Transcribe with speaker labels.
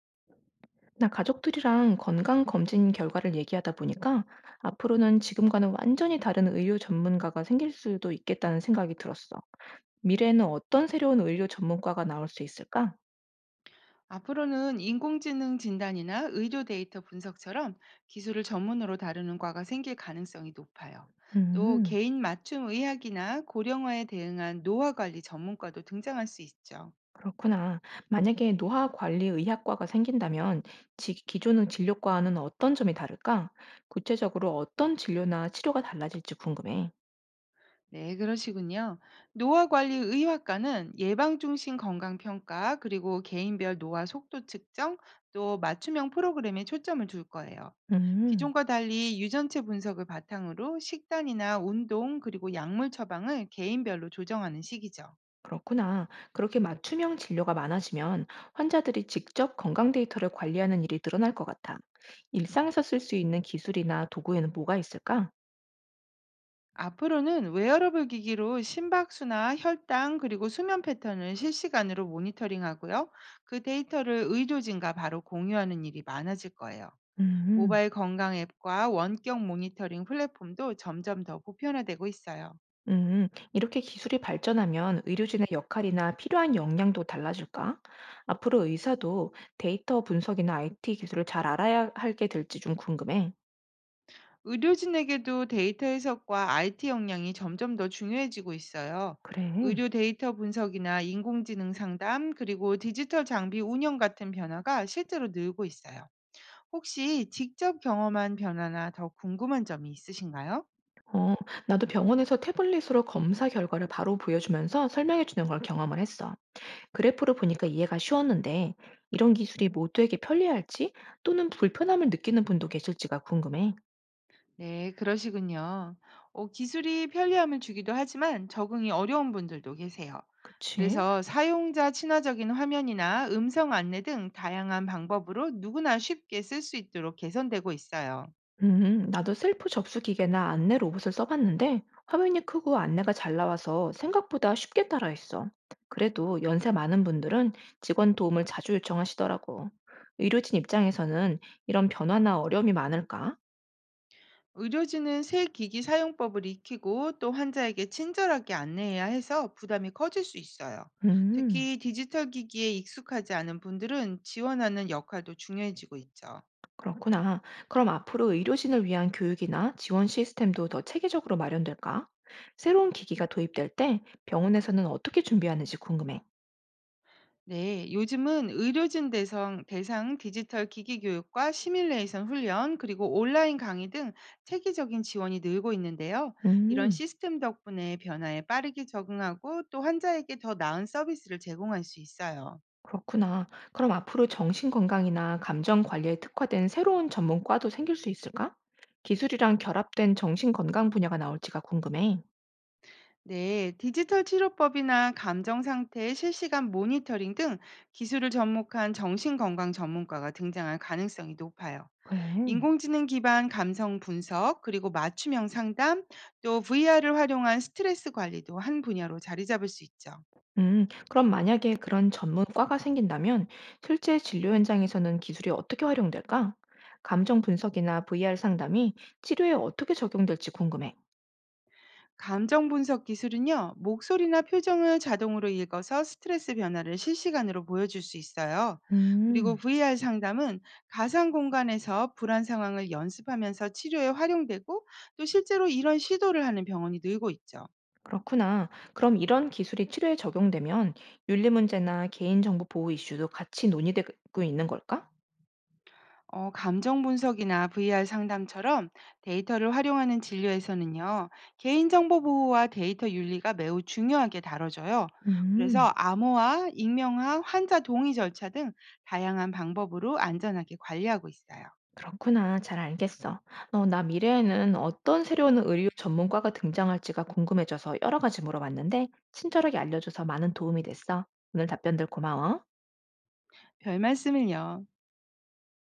Speaker 1: 나 가족들이랑 건강검진 결과를 얘기하다 보니까 앞으로는 지금과는 완전히 다른 의료 전문가가 생길 수도 있겠다는 생각이 들었어. 미래에는 어떤 새로운 의료 전문가가 나올 수 있을까?
Speaker 2: 앞으로는 인공지능 진단이나 의료 데이터 분석처럼 기술을 전문으로 다루는 과가 생길 가능성이 높아요. 또
Speaker 1: 음,
Speaker 2: 개인 맞춤 의학이나 고령화에 대응한 노화 관리 전문과도 등장할 수 있죠.
Speaker 1: 그렇구나. 만약에 노화관리의학과가 생긴다면 기존의 진료과와는 어떤 점이 다를까? 구체적으로 어떤 진료나 치료가 달라질지 궁금해.
Speaker 2: 네, 그러시군요. 노화관리의학과는 예방중심 건강평가, 그리고 개인별 노화 속도 측정, 또 맞춤형 프로그램에 초점을 둘 거예요.
Speaker 1: 음.
Speaker 2: 기존과 달리 유전체 분석을 바탕으로 식단이나 운동, 그리고 약물 처방을 개인별로 조정하는 시기죠.
Speaker 1: 그렇구나. 그렇게 맞춤형 진료가 많아지면 환자들이 직접 건강 데이터를 관리하는 일이 늘어날 것 같아. 일상에서 쓸 수 있는 기술이나 도구에는 뭐가 있을까?
Speaker 2: 앞으로는 웨어러블 기기로 심박수나 혈당, 그리고 수면 패턴을 실시간으로 모니터링하고요. 그 데이터를 의료진과 바로 공유하는 일이 많아질 거예요.
Speaker 1: 음,
Speaker 2: 모바일 건강 앱과 원격 모니터링 플랫폼도 점점 더 보편화되고 있어요.
Speaker 1: 이렇게 기술이 발전하면 의료진의 역할이나 필요한 역량도 달라질까? 앞으로 의사도 데이터 분석이나 IT 기술을 잘 알아야 하게 될지 좀 궁금해.
Speaker 2: 의료진에게도 데이터 해석과 IT 역량이 점점 더 중요해지고 있어요.
Speaker 1: 그래.
Speaker 2: 의료 데이터 분석이나 인공지능 상담, 그리고 디지털 장비 운영 같은 변화가 실제로 늘고 있어요. 혹시 직접 경험한 변화나 더 궁금한 점이 있으신가요?
Speaker 1: 어, 나도 병원에서 태블릿으로 검사 결과를 바로 보여주면서 설명해주는 걸 경험을 했어. 그래프를 보니까 이해가 쉬웠는데 이런 기술이 모두에게 편리할지 또는 불편함을 느끼는 분도 계실지가 궁금해.
Speaker 2: 네, 그러시군요. 어, 기술이 편리함을 주기도 하지만 적응이 어려운 분들도 계세요.
Speaker 1: 그치?
Speaker 2: 그래서 사용자 친화적인 화면이나 음성 안내 등 다양한 방법으로 누구나 쉽게 쓸 수 있도록 개선되고 있어요.
Speaker 1: 나도 셀프 접수 기계나 안내 로봇을 써봤는데 화면이 크고 안내가 잘 나와서 생각보다 쉽게 따라했어. 그래도 연세 많은 분들은 직원 도움을 자주 요청하시더라고. 의료진 입장에서는 이런 변화나 어려움이 많을까?
Speaker 2: 의료진은 새 기기 사용법을 익히고 또 환자에게 친절하게 안내해야 해서 부담이 커질 수 있어요.
Speaker 1: 음.
Speaker 2: 특히 디지털 기기에 익숙하지 않은 분들은 지원하는 역할도 중요해지고 있죠.
Speaker 1: 그렇구나. 그럼 앞으로 의료진을 위한 교육이나 지원 시스템도 더 체계적으로 마련될까? 새로운 기기가 도입될 때 병원에서는 어떻게 준비하는지 궁금해.
Speaker 2: 네, 요즘은 의료진 대상 디지털 기기 교육과 시뮬레이션 훈련, 그리고 온라인 강의 등 체계적인 지원이 늘고 있는데요. 이런
Speaker 1: 음,
Speaker 2: 시스템 덕분에 변화에 빠르게 적응하고 또 환자에게 더 나은 서비스를 제공할 수 있어요.
Speaker 1: 그렇구나. 그럼 앞으로 정신건강이나 감정관리에 특화된 새로운 전문과도 생길 수 있을까? 기술이랑 결합된 정신건강 분야가 나올지가 궁금해.
Speaker 2: 네, 디지털 치료법이나 감정 상태의 실시간 모니터링 등 기술을 접목한 정신건강 전문가가 등장할 가능성이 높아요.
Speaker 1: 그래.
Speaker 2: 인공지능 기반 감성 분석, 그리고 맞춤형 상담, 또 VR을 활용한 스트레스 관리도 한 분야로 자리 잡을 수 있죠.
Speaker 1: 그럼 만약에 그런 전문과가 생긴다면 실제 진료 현장에서는 기술이 어떻게 활용될까? 감정 분석이나 VR 상담이 치료에 어떻게 적용될지 궁금해.
Speaker 2: 감정 분석 기술은요, 목소리나 표정을 자동으로 읽어서 스트레스 변화를 실시간으로 보여줄 수 있어요. 그리고
Speaker 1: 음,
Speaker 2: VR 상담은 가상 공간에서 불안 상황을 연습하면서 치료에 활용되고 또 실제로 이런 시도를 하는 병원이 늘고 있죠.
Speaker 1: 그렇구나. 그럼 이런 기술이 치료에 적용되면 윤리 문제나 개인정보 보호 이슈도 같이 논의되고 있는 걸까?
Speaker 2: 어, 감정 분석이나 VR 상담처럼 데이터를 활용하는 진료에서는요, 개인정보 보호와 데이터 윤리가 매우 중요하게 다뤄져요. 그래서
Speaker 1: 음.
Speaker 2: 암호화, 익명화, 환자 동의 절차 등 다양한 방법으로 안전하게 관리하고 있어요.
Speaker 1: 그렇구나. 잘 알겠어. 어, 나 미래에는 어떤 새로운 의료 전문가가 등장할지가 궁금해져서 여러 가지 물어봤는데, 친절하게 알려줘서 많은 도움이 됐어. 오늘 답변들 고마워.
Speaker 2: 별 말씀을요.